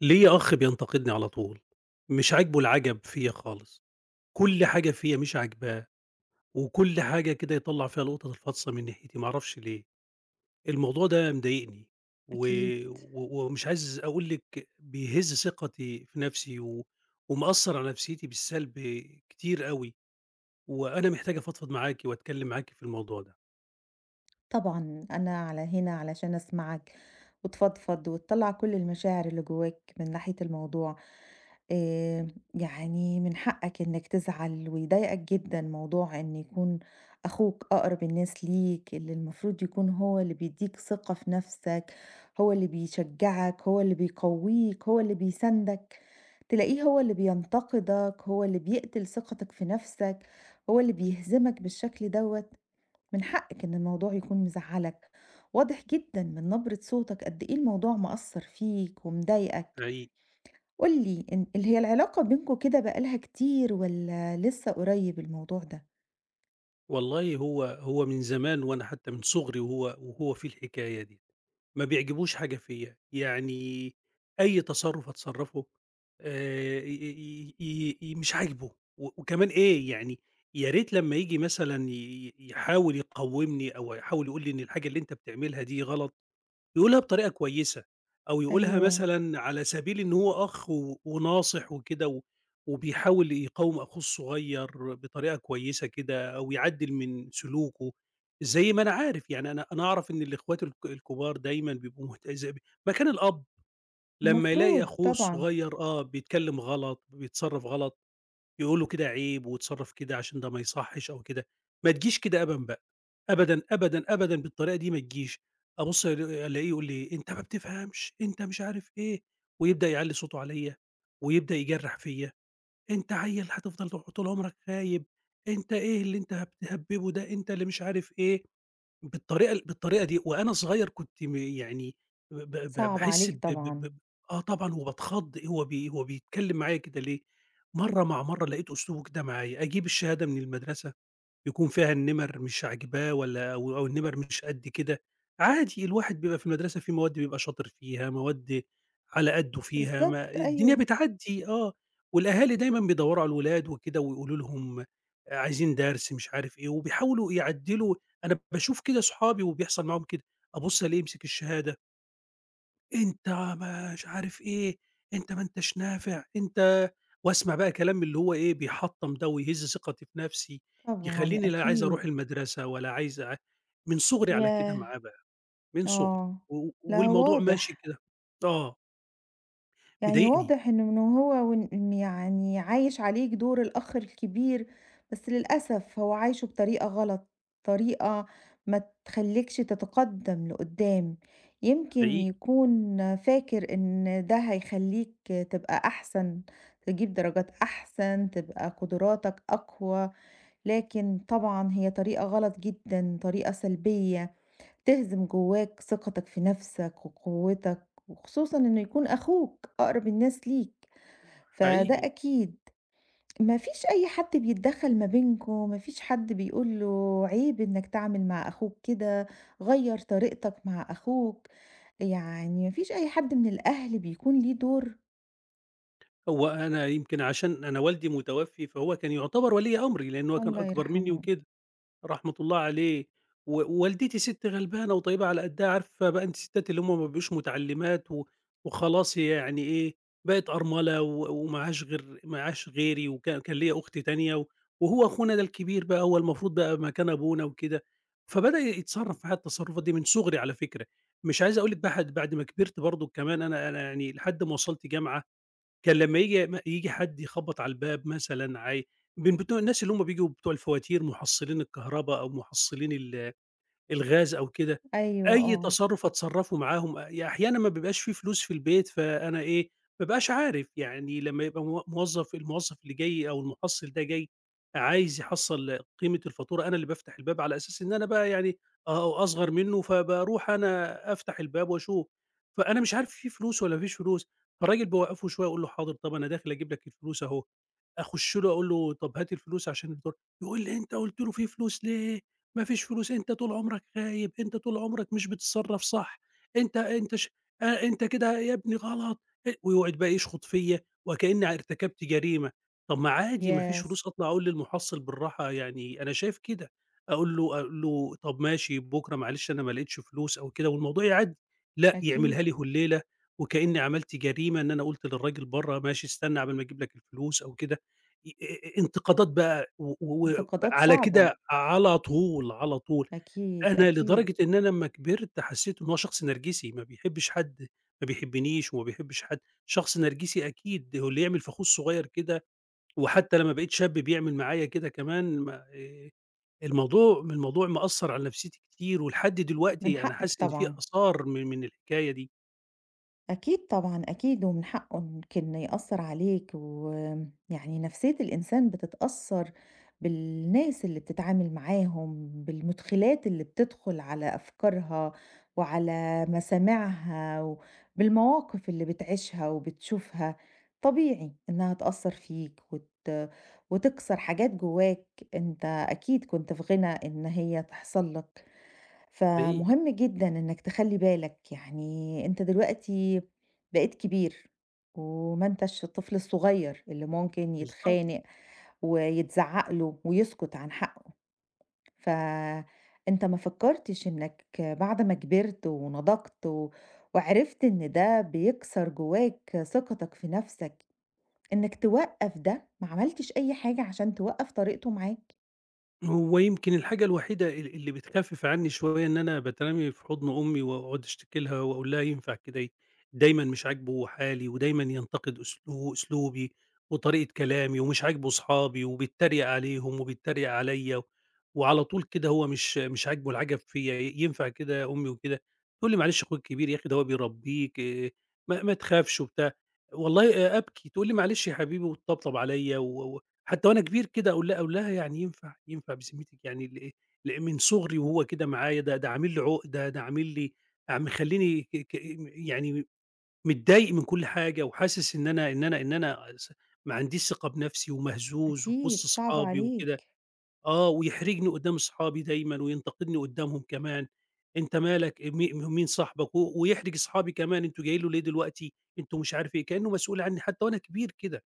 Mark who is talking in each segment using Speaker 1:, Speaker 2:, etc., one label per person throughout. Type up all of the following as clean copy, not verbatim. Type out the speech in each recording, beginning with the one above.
Speaker 1: ليّا أخ بينتقدني على طول، مش عاجبه العَجَب فيّا خالص، كل حاجة فيّا مش عاجباه، وكل حاجة كده يطلّع فيها لقطة الفاصة من ناحيتي، ما أعرفش ليه، الموضوع ده مضايقني و
Speaker 2: أكيد.
Speaker 1: و ومش عايز أقول لِك بيهز ثقتي في نَفْسي و ومأثّر على نَفْسيتي بالسلب كتير أوي، وأنا محتاج أفضفض معاكِ وأتكلّم معاكِ في الموضوع ده،
Speaker 2: طبعًا أنا على هنا علشان أسمعك وتفضفض وتطلّع كل المشاعر اللي جواك من ناحية الموضوع. آآ يعني من حقك إنك تزعل ويضايقك جدًا موضوع إن يكون أخوك أقرب الناس ليك، اللي المفروض يكون هو اللي بيدّيك ثقة في نفسك، هو اللي بيشجعك، هو اللي بيقويك، هو اللي بيساندك، تلاقيه هو اللي بينتقدك، هو اللي بيقتل ثقتك في نفسك، هو اللي بيهزمك بالشكل دوّة. من حقِك إن الموضوع يكون مزعّلك، واضح جدًا من نبرة صوتك قد إيه الموضوع مأثّر فيك ومضايقك.
Speaker 1: حقيقي،
Speaker 2: قُل لي إن اللي هي العلاقة بينكم كده بقى لها كتير والّا لسه قريب الموضوع ده؟
Speaker 1: والله هو من زمان وأنا حتى من صُغري وهو فيه الحكاية دي. ما بيعجبوش حاجة فيّا، يعني أي تصرُّف أتصرّفه ي ي ي ي مش عاجبه، وكمان إيه، يعني يا ريت لمّا ييجي مثلًا ي ي يحاول يقوّمني أو يحاول يقول لي إن الحاجة اللي أنت بتعملها دي غلط يقولها بطريقة كويسة، أو يقولها
Speaker 2: أيوه.
Speaker 1: مثلًا على سبيل إن هو أخ وناصح وكده وبيحاول يقاوم أخوه الصغير بطريقة كويسة كده، أو يعدّل من سلوكه، زي ما أنا عارف يعني أنا أعرف إن الإخوات الكبار دايمًا بيبقوا مهت زي مكان الأب لمّا يلاقي
Speaker 2: المفروض
Speaker 1: أخوه
Speaker 2: طبعًا.
Speaker 1: الصغير آه بيتكلم غلط، بيتصرّف غلط، يقول له كده عيب وتصرّف كده عشان ده ما يصحّش أو كده، ما تجيش كده أبًا بقى. أبدًا، أبدًا، أبدًا بالطريقة دي ما تجيش، أبُص ألاقيه يقول لي: "أنت ما بتفهمش، أنت مش عارف إيه." ويبدأ يعلّي صوته عليَّ، ويبدأ يجرّح فيَّ، "أنت عيّل هتفضل طول عمرك خايب، أنت إيه اللي أنت بتهبّبه ده، أنت اللي مش عارف إيه." بالطريقة دي، وأنا صغير كنت يعني ب ب
Speaker 2: صعب
Speaker 1: باحس
Speaker 2: عليك
Speaker 1: ب ب
Speaker 2: طبعًا.
Speaker 1: ب آه طبعًا، وباتخض هو بيتكلّم معايا كده ليه؟ مرّة لقيت أسلوبه كده معايا، أجيب الشهادة من المدرسة يكون فيها النِّمَر مش عاجباه والّا أو النِّمَر مش قد كده، عادي الواحد بيبقى في المدرسة في مواد بيبقى شاطر فيها، مواد على قدّه فيها، ما
Speaker 2: بالضبط،
Speaker 1: الدنيا
Speaker 2: أيوه.
Speaker 1: بتعدّي آه، والأهالي دايمًا بيدوّروا على الولاد وكده ويقولوا لهم عايزين درس مش عارف إيه، وبيحاولوا يعدّلوا، أنا باشوف كده صحابي وبيحصل معاهم كده، أبُص ألاقيه يمسك الشهادة، أنت مش عارف إيه، أنت ما أنتش نافع، أنت واسمع بقى كلام اللي هو إيه، بيحطّم ده ويهز ثقتي في نفسي،
Speaker 2: طبعًا
Speaker 1: يخلّيني لا عايز أروح
Speaker 2: أكيد.
Speaker 1: المدرسة ولا عايز من صغري على كده
Speaker 2: ياه!
Speaker 1: معاه بقى، من صغري،
Speaker 2: آه. لأ،
Speaker 1: والموضوع ماشي
Speaker 2: واضح.
Speaker 1: كده آه،
Speaker 2: يعني
Speaker 1: مضايقني
Speaker 2: واضح إنه من وهو ون م يعني عايش عليك دور الأخ الكبير، بس للأسف هو عايشه بطريقة غلط، طريقة ما تخلّيكش تتقدّم لقدّام، يمكن
Speaker 1: حقيقي،
Speaker 2: يكون فاكر إن ده هيخلّيك تبقى أحسن، تجيب درجات أحسن، تبقى قدراتك أقوى، لكن طبعًا هي طريقة غلط جدًا، طريقة سلبية. تهزم جواك ثقتك في نفسك وقوتك، وخصوصًا إنه يكون أخوك أقرب الناس ليك، فده
Speaker 1: حقيقي.
Speaker 2: أكيد. ما فيش أي حد بيتدخّل ما بينكم، ما فيش حد بيقول له عيب إنك تعمل مع أخوك كده، غيّر طريقتك مع أخوك، يعني ما فيش أي حد من الأهل بيكون ليه دور؟
Speaker 1: هو أنا يمكن عشان أنا والدي متوفي، فهو كان يعتبر ولي أمري، لأن هو كان
Speaker 2: الله
Speaker 1: أكبر منّي
Speaker 2: يرحمه.
Speaker 1: وكده. رحمة الله عليه، والدتي سِت غلبانة وطيبة على قدّها، عارفة بقى أنتِ الستات اللي هُم ما بيبقوش متعلّمات وخلاص هي يعني إيه، بقت أرملة وماعاش غير معاش غيري كان ليّا أخت تانية وهو أخونا ده الكبير بقى هو المفروض بقى مكان أبونا وكده، فبدأ يتصرّف معايا التصرّفات دي من صُغري على فكرة، مش عايز أقول لِك بعد ما كبرت برضه كمان أنا يعني لحد ما وصلت جامعة كان لمّا ييجي حد يخبّط على الباب مثلًا من بتوع الناس اللي هُم بييجوا بتوع الفواتير محصّلين الكهربا أو محصّلين الغاز أو كده،
Speaker 2: أيوه
Speaker 1: أي
Speaker 2: آه.
Speaker 1: تصرُّف أتصرّفه معاهم يعني أحيانًا ما بيبقاش في فلوس في البيت، فأنا إيه، ما بابقاش عارف، يعني لمّا يبقى موظّف الموظّف اللي جاي أو المحصّل ده جاي عايز يحصّل قيمة الفاتورة، أنا اللي بافتح الباب على أساس إن أنا بقى يعني أو أصغر منّه، فباروح أنا أفتح الباب وأشوف، فأنا مش عارف في فلوس والّا ما فيش فلوس، فالراجل باوقّفه شوية أقول له حاضر طَب أنا داخل أجيب لك الفلوس أهو، أخُش له أقول له طَب هات الفلوس عشان الفاتورة، يقول لي: "أنت قُلت له في فلوس ليه؟" ما فيش فلوس، أنت طول عمرك غايب، أنت طول عمرك مش بتتصرّف صح، أنت ش أنت كده يا ابني غلط، ويقعد بقى يشخط فيّا وكإني ارتكبت جريمة، طب ما عادي ما فيش
Speaker 2: ياه!
Speaker 1: فلوس أطلع أقول للمحصّل بالراحة يعني أنا شايف كده، أقول له طب ماشي بُكرة معلش أنا ما لقيتش فلوس أو كده والموضوع يعدّي، لأ
Speaker 2: أكيد.
Speaker 1: يعملها لي هلّيلة وكإني عملت جريمة إن أنا قُلت للراجل برّه ماشي استنى عقبال ما أجيب لك الفلوس أو كده، ي أ أ انتقادات بقى و و
Speaker 2: انتقادات
Speaker 1: وعلى
Speaker 2: صعبة.
Speaker 1: كده على طول، على طول.
Speaker 2: أكيد،
Speaker 1: أنا
Speaker 2: أكيد.
Speaker 1: لدرجة إن أنا لمّا كبرت حسّيت إن هو شخص نرجسي، ما بيحبّش حد، ما بيحبّنيش وما بيحبّش حد، شخص نرجسي أكيد، هو اللي يعمل فخوذ صغيّر كده وحتّى لمّا بقيت شاب بيعمل معايا كده كمان ما الموضوع مأثّر على نفسيتي كتير ولحد
Speaker 2: من
Speaker 1: دلوقتي أنا
Speaker 2: حقك
Speaker 1: حاسس إن في
Speaker 2: طبعًا.
Speaker 1: آثار من الحكاية دي،
Speaker 2: أكيد طبعًا، أكيد ومن حقه يمكن يأثّر عليك، ويعني نفسية الإنسان بتتأثّر بالناس اللي بتتعامل معاهم، بالمدخلات اللي بتدخل على أفكارها وعلى مسامعها، وبالمواقف اللي بتعيشها وبتشوفها، طبيعي إنها تأثّر فيك وتكسر حاجات جواك. أنت أكيد كنت في غنى إن هي تحصل لك.
Speaker 1: حقيقي.
Speaker 2: فمهم جدًا إنك تخلّي بالك، يعني أنت دلوقتي بقيت كبير، وما أنتش الطفل الصغير اللي ممكن
Speaker 1: بالضبط.
Speaker 2: يتخانق ويتزعّق له ويسكت عن حقه، فأنت ما فكّرتش إنك بعد ما كبرت ونضجت و وعرفت إن ده بيكسر جواك ثقتك في نَفْسك، إنك توقّف ده، ما عملتش أي حاجة عشان توقّف طريقته معاك؟
Speaker 1: هو يمكن الحاجة الوحيدة اللي بتخفِّف عني شوية إن أنا باترمي في حضن أمي وأقعد أشتكي لها وأقول لها ينفع كده دايمًا مش عاجبه حالي ودايمًا ينتقد أسلوبي وطريقة كلامي ومش عاجبه صحابي وبيتّريق عليهم وبيتّريق عليّا، وعلى طول كده هو مش عاجبه العَجَب فيّا ينفع كده يا أمي وكده؟ تقول لي: "معلش أخوك الكبير يا أخي ده هو بيربّيك ما تخافش." وبتاع، والله أبكي، تقول لي: "معلش يا حبيبي." وتطبطب عليّا حتى وأنا كبير كده أقول لها يعني ينفع، ينفع بذمتِك يعني ل إيه، ل من صغري وهو كده معايا ده عامل لي عُقدة، ده عامل لي مخلّيني ك ك يعني متضايق من كل حاجة وحاسس إن أنا ما عنديش ثقة بنفسي ومهزوز وفي وسط
Speaker 2: أكيد، صعب
Speaker 1: صحابي وكده
Speaker 2: عليك.
Speaker 1: آه، ويحرجني قدّام صحابي دايمًا وينتقدني قدّامهم كمان، أنت مالك مين صاحبك ويحرج صحابي كمان، أنتم جايين له ليه دلوقتي، أنتم مش عارف إيه، كأنه مسؤول عني حتى وأنا كبير كده.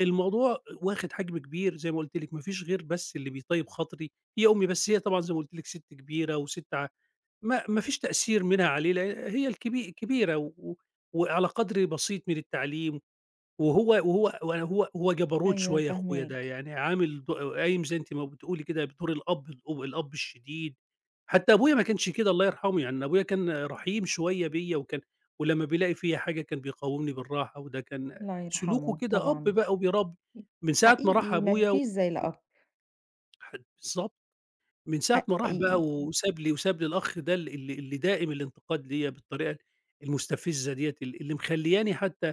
Speaker 1: الموضوع واخد حجم كبير زي ما قُلت لِك، ما فيش غير بس اللي بيطيّب خاطري هي أمي، بس هي طبعًا زي ما قُلت لِك سِت كبيرة وسِت ما ما فيش تأثير منها عليه، لأن هي كبيرة وعلى قدر بسيط من التعليم، وهو وهو وهو هو هو جبروت
Speaker 2: أيوه
Speaker 1: شوية أخويا ده،
Speaker 2: فاهماك.
Speaker 1: يعني عامل قايم زي أنتِ ما بتقولي كده بدور الأب الشديد، حتى أبويا ما كانش كده الله يرحمه، يعني أبويا كان رحيم شوية بيّا وكان ولمّا بيلاقي فيّا حاجة كان بيقاومني بالراحة، وده كان
Speaker 2: الله
Speaker 1: سلوكه
Speaker 2: يرحمه
Speaker 1: كده أب
Speaker 2: طبعًا.
Speaker 1: بقى وبيربّي، من ساعة ما راح
Speaker 2: حقيقي ما
Speaker 1: أبويا
Speaker 2: فيش زي الأب.
Speaker 1: بالضبط. من ساعة ما راح
Speaker 2: حقيقي.
Speaker 1: بقى وساب لي الأخ ده ال اللي اللي دائم الانتقاد ليّا بالطريقة المستفزة ديّة اللي مخلّياني حتى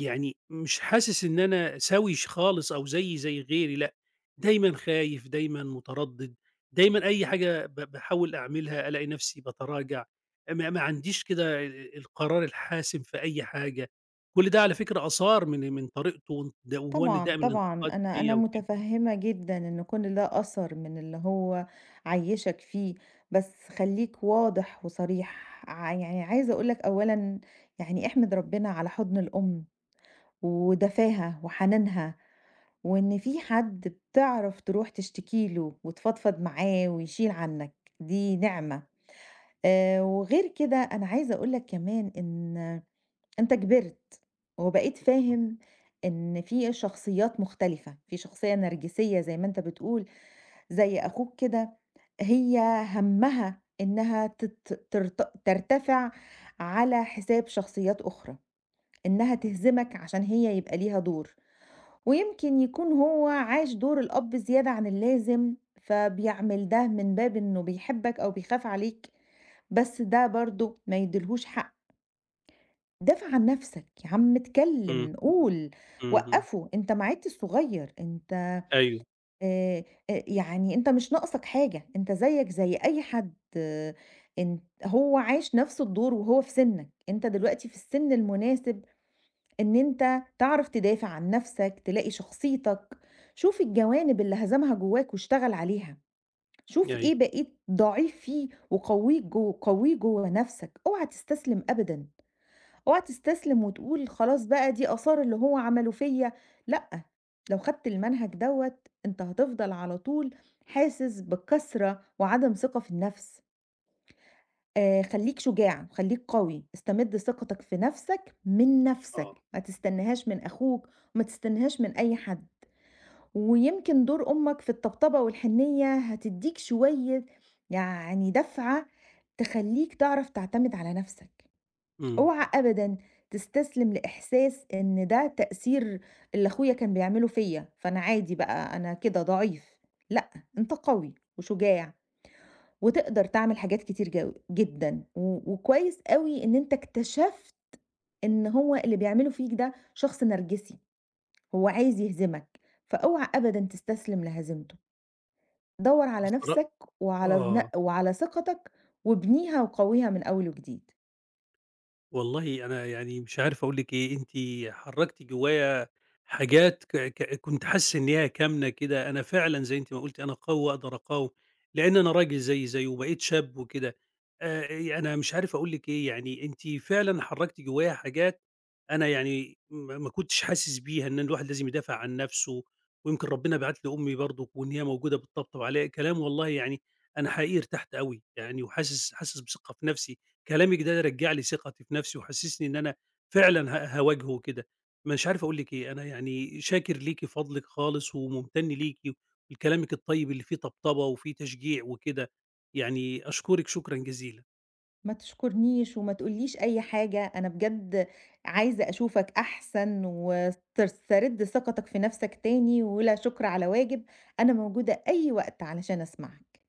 Speaker 1: يعني مش حاسس إن أنا سَوي خالص أو زيي زي غيري لأ، دايمًا خايف، دايمًا متردد، دايمًا أي حاجة باحاول أعملها ألاقي نفسي باتراجع، ما عنديش كده القرار الحاسم في أي حاجة، كل ده على فكرة آثار من طريقته وهو إن
Speaker 2: طبعًا،
Speaker 1: دائم
Speaker 2: طبعًا،
Speaker 1: الانتقاد
Speaker 2: أنا
Speaker 1: ليّا
Speaker 2: أنا
Speaker 1: وكده.
Speaker 2: متفهّمة جدًا إن كُل ده أثَر من اللي هو عيّشك فيه، بس خلّيك واضح وصريح، يعني عايزة أقول لك أولًا يعني احمد ربنا على حُضن الأم ودفاها وحنانها، وإن في حد بتعرف تروح تشتكي له وتفضفض معاه ويشيل عنّك، دي نعمة. وغير كده أنا عايزة أقول لك كمان إن أنت كبرت وبقيت فاهم إن في شخصيات مختلفة، في شخصية نرجسية زي ما أنت بتقول، زي أخوك كده هي همّها إنها تت ترت ترتفع على حساب شخصيات أخرى، إنها
Speaker 1: إمم.
Speaker 2: تهزمك عشان هي يبقى ليها دور، ويمكن يكون هو عاش دور الأب زيادة عن اللازم، فبيعمل ده من باب إنه بيحبك أو بيخاف عليك، بس ده برضه ما يديلهوش حق. دافِع عن نَفْسك، يا عم
Speaker 1: إمم،
Speaker 2: اتكلّم، قُل،
Speaker 1: إمم، إمم،
Speaker 2: وقّفه، أنت معاد الصغيّر، أنت
Speaker 1: أيوه،
Speaker 2: آآ أ يعني أنت مش ناقصك حاجة، أنت زيّك زي أي حد، آه، أنت هو عاش نَفْس الدور وهو في سِنّك، أنت دلوقتي في السِن المناسب إن أنت تعرف تدافع عن نَفْسك، تلاقي شخصيتك، شوف الجوانب اللي هَزَمها جوّاك واشتغل عليها، شوف
Speaker 1: أيوه.
Speaker 2: إيه بقيت ضعيف فيه وقوّيه جوّه قوّيه جوّه نَفْسك، اوعى تستسلم أبدًا. اوعى تستسلم وتقول خلاص بقى دي آثار اللي هو عمله فيّا، لأ، لو خدت المنهج دوّة أنت هتفضل على طول حاسس بالكسرة وعدم ثقة في النفس. خلّيك شجاع، خلّيك قوي، استمد ثقتك في نفسك من
Speaker 1: آه،
Speaker 2: نفسك، ما تستناهاش من أخوك وما تستناهاش من أي حد. ويمكن دور أمك في الطبطبة والحنيّة هتدّيك شوية يعني دَفعة تخلّيك تعرف تعتمد على نفسك.
Speaker 1: إمم،
Speaker 2: اوعى أبدًا تستسلم لإحساس إن ده تأثير اللي أخويا كان بيعمله فيّا، فأنا عادي بقى أنا كده ضعيف، لأ، أنت قوي وشجاع وتقدر تعمل حاجات كتير جدًا، و وكويس أوي إن أنت اكتشفت إن هو اللي بيعمله فيك ده شخص نرجسي، هو عايز يهزمك، فاوعى أبدًا تستسلم لهزيمته، دَوّر على
Speaker 1: بصرا
Speaker 2: نفسك
Speaker 1: آه،
Speaker 2: وعلى ثقتك وابنيها وقوّيها من أول وجديد.
Speaker 1: والله أنا يعني مش عارف أقول لِك إيه، أنتِ حرّكتِ جوّايا حاجات ك ك كنت حاسس إن هي كامنة كده، أنا فعلًا زي أنتِ ما قُلتِ أنا قوي وأقدر أقاوم، لإن أنا راجل زيي زيه وبقيت شاب وكده، يعني أنا مش عارف أقول لِك إيه، يعني أنتِ فعلًا حرّكتِ جوّايا حاجات أنا يعني ما كنتش حاسس بيها، إن الواحد لازم يدافع عن نَفْسه، ويمكن ربنا بعت لي أمي برضه وإن هي موجودة بتطبطب عليّا، كلام والله يعني أنا حقيقي ارتحت أوي يعني وحاسس بثقة في نَفْسي. كلامِك ده رجّع لي ثقتي في نفسي وحسّسني إن أنا فعلًا هاواجهه وكده. مش عارف أقول لِك إيه، أنا يعني شاكر ليكِ فضلِك خالص وممتن ليكِ ولكلامِك الطيب اللي فيه طبطبة وفيه تشجيع وكده، يعني أشكرِك شكرًا جزيلًا.
Speaker 2: ما تشكرنيش وما تقوليش أي حاجة، أنا بجد عايزة أشوفك أحسن وتسترد ثقتك في نفسك تاني، ولا شكر على واجب، أنا موجودة أي وقت علشان أسمعك.